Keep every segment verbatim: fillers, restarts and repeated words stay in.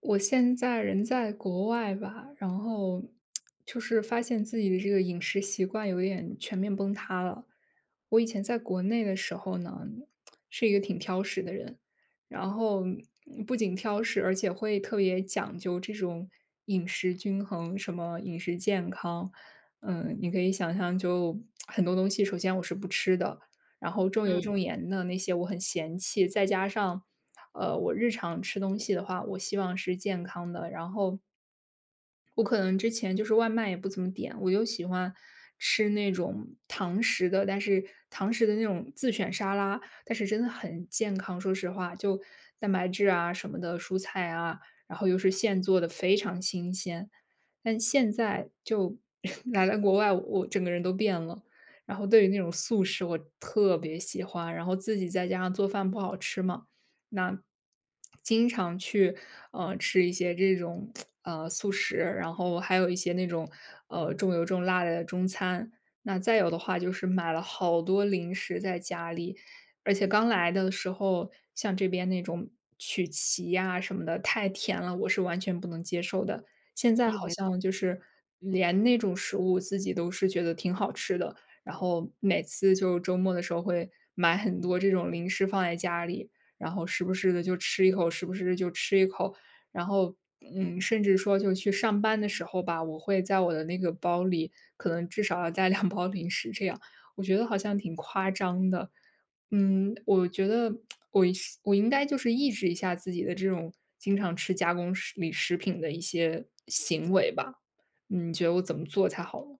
我现在人在国外吧，然后就是发现自己的这个饮食习惯有点全面崩塌了。我以前在国内的时候呢，是一个挺挑食的人，然后嗯不仅挑食，而且会特别讲究这种饮食均衡，什么饮食健康。嗯，你可以想象，就很多东西，首先我是不吃的，然后重油嗯，重盐的那些我很嫌弃，再加上，呃，我日常吃东西的话，我希望是健康的，然后我可能之前就是外卖也不怎么点，我就喜欢吃那种堂食的，但是堂食的那种自选沙拉，但是真的很健康，说实话，就蛋白质啊什么的，蔬菜啊，然后又是现做的，非常新鲜。但现在就 来了国外，我整个人都变了。然后对于那种素食，我特别喜欢，然后自己在家上做饭不好吃嘛，那经常去，呃，吃一些这种，呃，素食，然后还有一些那种，呃，重油重辣的中餐。那再有的话就是买了好多零食在家里，而且刚来的时候，像这边那种曲奇呀什么的，太甜了，我是完全不能接受的。现在嗯，好没错。像就是连那种食物自己都是觉得挺好吃的，然后每次就周末的时候会买很多这种零食放在家里，然后时不时的就吃一口，时不时地就吃一口。然后，嗯，甚至说就去上班的时候吧，我会在我的那个包里，可能至少要带两包零食这样，我觉得好像挺夸张的。嗯，我觉得我一是我应该就是抑制一下自己的这种经常吃加工食里食品的一些行为吧。嗯你觉得我怎么做才好呢？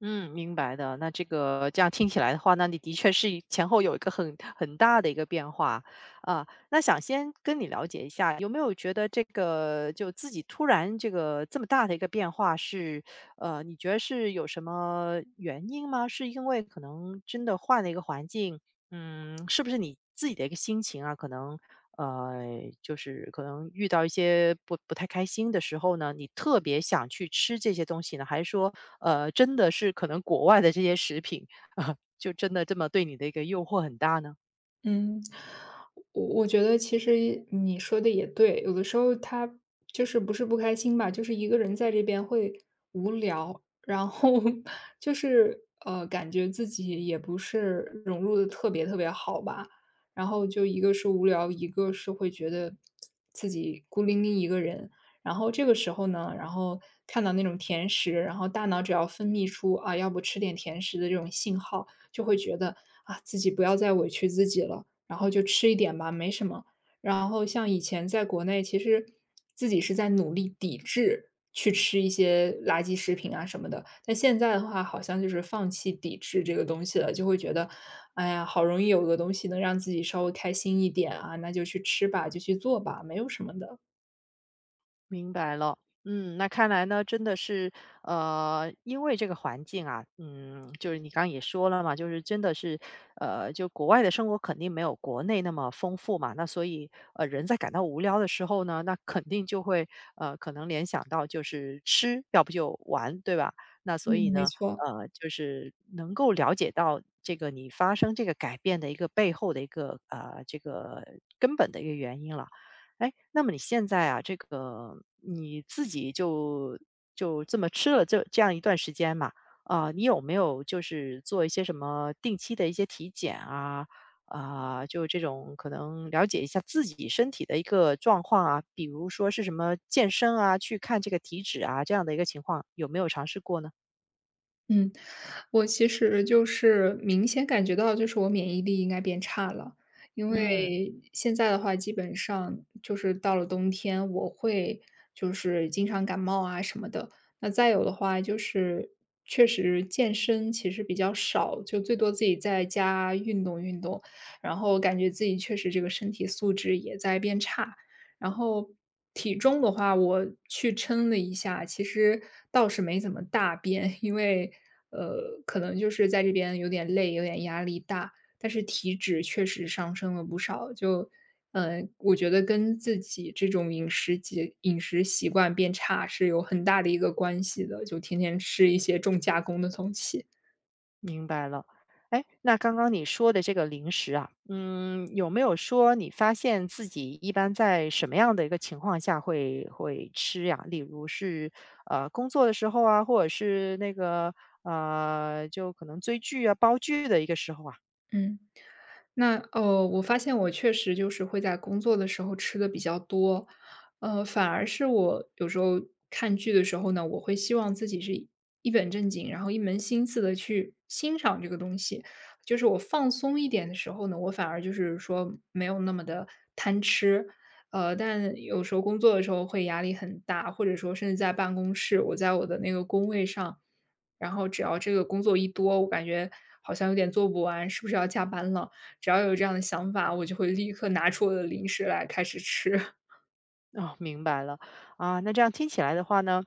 嗯，明白的。那这个这样听起来的话，那你的确是一前后有一个很很大的一个变化啊。那想先跟你了解一下，有没有觉得这个就自己突然这个这么大的一个变化是，呃，你觉得是有什么原因吗？是因为可能真的换了一个环境，嗯，是不是你自己的一个心情啊？可能呃，就是可能遇到一些不不太开心的时候呢，你特别想去吃这些东西呢，还是说呃，真的是可能国外的这些食品，啊，就真的这么对你的一个诱惑很大呢？嗯，我我觉得其实你说的也对，有的时候他就是不是不开心吧，就是一个人在这边会无聊，然后 就是呃，感觉自己也不是融入的特别特别好吧，然后就一个是无聊，一个是会觉得自己孤零零一个人，然后这个时候呢，然后看到那种甜食，然后大脑只要分泌出啊，要不吃点甜食的这种信号，就会觉得啊，自己不要再委屈自己了，然后就吃一点吧，没什么。然后像以前在国内，其实自己是在努力抵制去吃一些垃圾食品啊什么的，但现在的话，好像就是放弃抵制这个东西了，就会觉得，哎呀，好容易有个东西能让自己稍微开心一点啊，那就去吃吧，就去做吧，没有什么的。明白了，嗯，那看来呢，真的是，呃，因为这个环境啊，嗯，就是你刚刚也说了嘛，就是真的是，呃，就国外的生活肯定没有国内那么丰富嘛，那所以，呃，人在感到无聊的时候呢，那肯定就会，呃，可能联想到就是吃，要不就玩，对吧？那所嗯，以没呢，错。呃，就是能够了解到这个你发生这个改变的一个背后的一个，呃，这个根本的一个原因了。哎，那么你现在啊，这个你自己就就这么吃了这这样一段时间嘛，啊、你有没有就是做一些什么定期的一些体检啊？啊、就这种可能了解一下自己身体的一个状况啊，比如说是什么健身啊，去看这个体脂啊这样的一个情况，有没有尝试过呢？嗯，我其实就是明显感觉到，就是我免疫力应该变差了。因嗯。为现在的话，基本上就是到了冬天，我会就是经常感冒啊什么的。那再有的话，就是确实健身其实比较少，就最多自己在家运动运动，然后感觉自己确实这个身体素质也在变差。然后体重的话，我去称了一下，其实倒是没怎么大变，因为，呃，可能就是在这边有点累，有点压力大，但是体脂确实上升了不少。就，呃，我觉得跟自己这种饮食节饮食习惯变差是有很大的一个关系的，就天天吃一些重加工的东西。明白了。哎，那刚刚你说的这个零食啊，嗯，有没有说你发现自己一般在什么样的一个情况下会会吃呀？例如是呃工作的时候啊，或者是那个呃就可能追剧啊、煲剧的一个时候啊。嗯。那呃，我发现我确实就是会在工作的时候吃的比较多，呃，反而是我有时候看剧的时候呢，我会希望自己是一本正经，然后一门心思的去欣赏这个东西。就是我放松一点的时候呢，我反而就是说没有那么的贪吃，呃，但有时候工作的时候会压力很大，或者说甚至在办公室，我在我的那个工位上，然后只要这个工作一多，我感觉好像有点做不完，是不是要加班了？只要有这样的想法，我就会立刻拿出我的零食来开始吃。哦，明白了。啊，那这样听起来的话呢，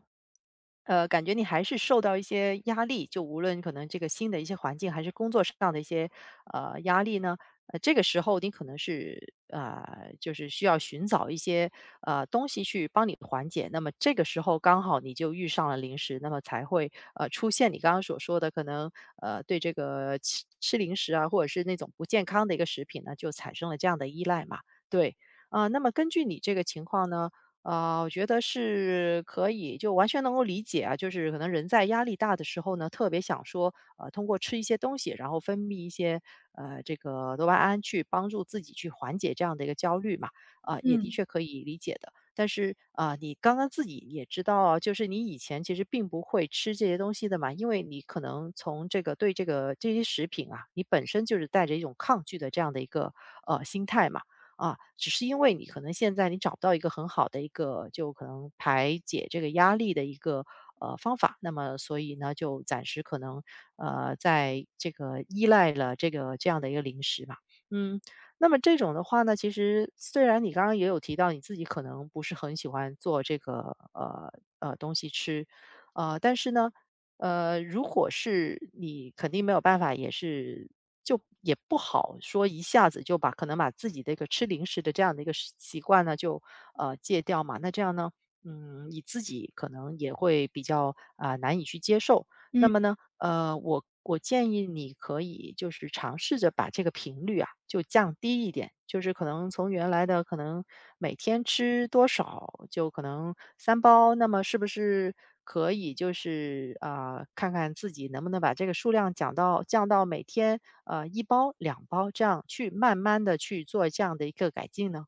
呃，感觉你还是受到一些压力，就无论可能这个新的一些环境，还是工作上的一些，呃，压力呢，呃，这个时候你可能是，呃，就是需要寻找一些，呃，东西去帮你缓解。那么这个时候刚好你就遇上了零食，那么才会，呃，出现你刚刚所说的可能，呃，对这个吃吃零食啊，或者是那种不健康的一个食品呢，就产生了这样的依赖嘛。对，呃，那么根据你这个情况呢，呃，我觉得是可以，就完全能够理解啊。就是可能人在压力大的时候呢，特别想说，呃，通过吃一些东西，然后分泌一些呃这个多巴胺，去帮助自己去缓解这样的一个焦虑嘛。啊、也的嗯确可以理解的。但是啊、呃你刚刚自己也知道啊，就是你以前其实并不会吃这些东西的嘛，因为你可能从这个对这个这些食品啊，你本身就是带着一种抗拒的这样的一个呃心态嘛。啊，只是因为你可能现在你找不到一个很好的一个就可能排解这个压力的一个呃方法，那么所以呢，就暂时可能呃在这个依赖了这个这样的一个零食吧，嗯，那么这种的话呢，其实虽然你刚刚也有提到你自己可能不是很喜欢做这个呃呃东西吃，呃，但是呢。呃，如果是你肯定没有办法，也是就也不好说一下子就把可能把自己的一个吃零食的这样的一个习习惯呢，就呃戒掉嘛。那这样呢，嗯，你自己可能也会比较啊、难以去接受。那嗯么呢，呃，我我建议你可以就是尝试着把这个频率啊，就降低一点，就是可能从原来的可能每天吃多少，就可能三包，那么是不是可以就是啊、呃看看自己能不能把这个数量降到降到每天呃一包两包这样去慢慢的去做这样的一个改进呢？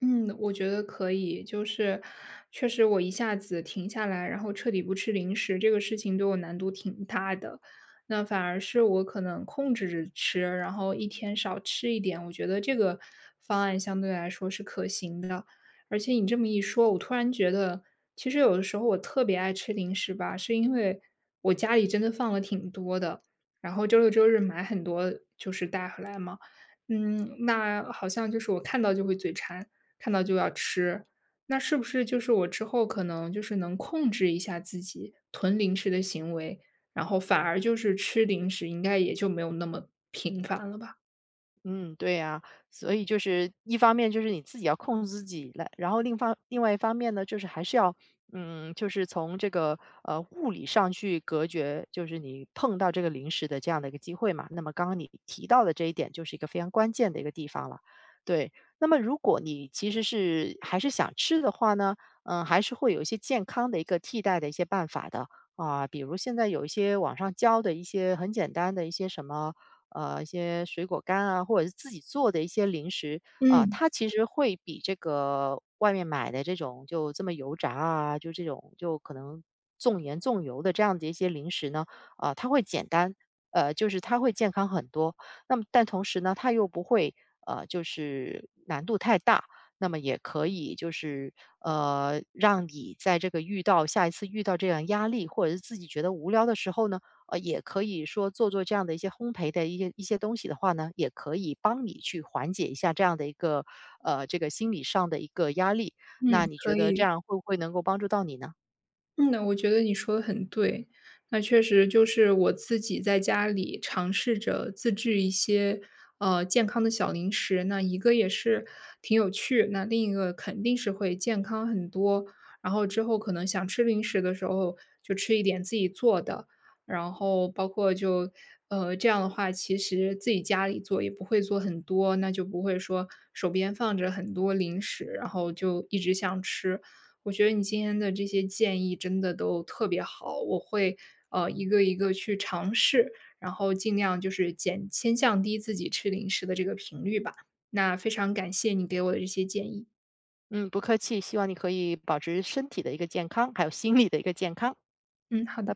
嗯，我觉得可以，就是确实我一下子停下来，然后彻底不吃零食，这个事情对我难度挺大的。那反而是我可能控制着吃，然后一天少吃一点，我觉得这个方案相对来说是可行的。而且你这么一说，我突然觉得，其实有的时候我特别爱吃零食吧，是因为我家里真的放了挺多的，然后周六周日买很多就是带回来嘛。嗯，那好像就是我看到就会嘴馋。看到就要吃。那是不是就是我之后可能就是能控制一下自己囤零食的行为，然后反而就是吃零食应该也就没有那么频繁了吧？嗯，对呀，所以就是一方面就是你自己要控制自己来，然后另方另外一方面呢，就是还是要，嗯，就是从这个呃物理上去隔绝，就是你碰到这个零食的这样的一个机会嘛。那么刚刚你提到的这一点，就是一个非常关键的一个地方了。对，那么如果你其实是还是想吃的话呢，嗯，还是会有一些健康的一个替代的一些办法的。啊，比如现在有一些网上教的一些很简单的一些什么呃，一些水果干啊，或者是自己做的一些零食啊，嗯它其实会比这个外面买的这种就这么油炸啊，就这种就可能重盐重油的这样的一些零食呢，啊，它会简单，呃，就是它会健康很多。那么但同时呢，它又不会呃，就是难度太大。那么也可以就是呃，让你在这个遇到下一次遇到这样压力，或者是自己觉得无聊的时候呢，呃，也可以说做做这样的一些烘焙的一些一些东西的话呢，也可以帮你去缓解一下这样的一个呃这个心理上的一个压力。嗯，那你觉可得这以。样会不会能够帮助到你呢？嗯呐，我觉得你说的很对。那确实就是我自己在家里尝试着自制一些，呃，健康的小零食，那一个也是挺有趣，那另一个肯定是会健康很多。然后之后可能想吃零食的时候，就吃一点自己做的，然后包括就呃，这样的话，其实自己家里做也不会做很多，那就不会说手边放着很多零食，然后就一直想吃。我觉得你今天的这些建议真的都特别好，我会呃一个一个去尝试，然后尽量就是减先降低自己吃零食的这个频率吧。那非常感谢你给我的这些建议。嗯，不客气，希望你可以保持身体的一个健康，还有心理的一个健康。嗯，好的。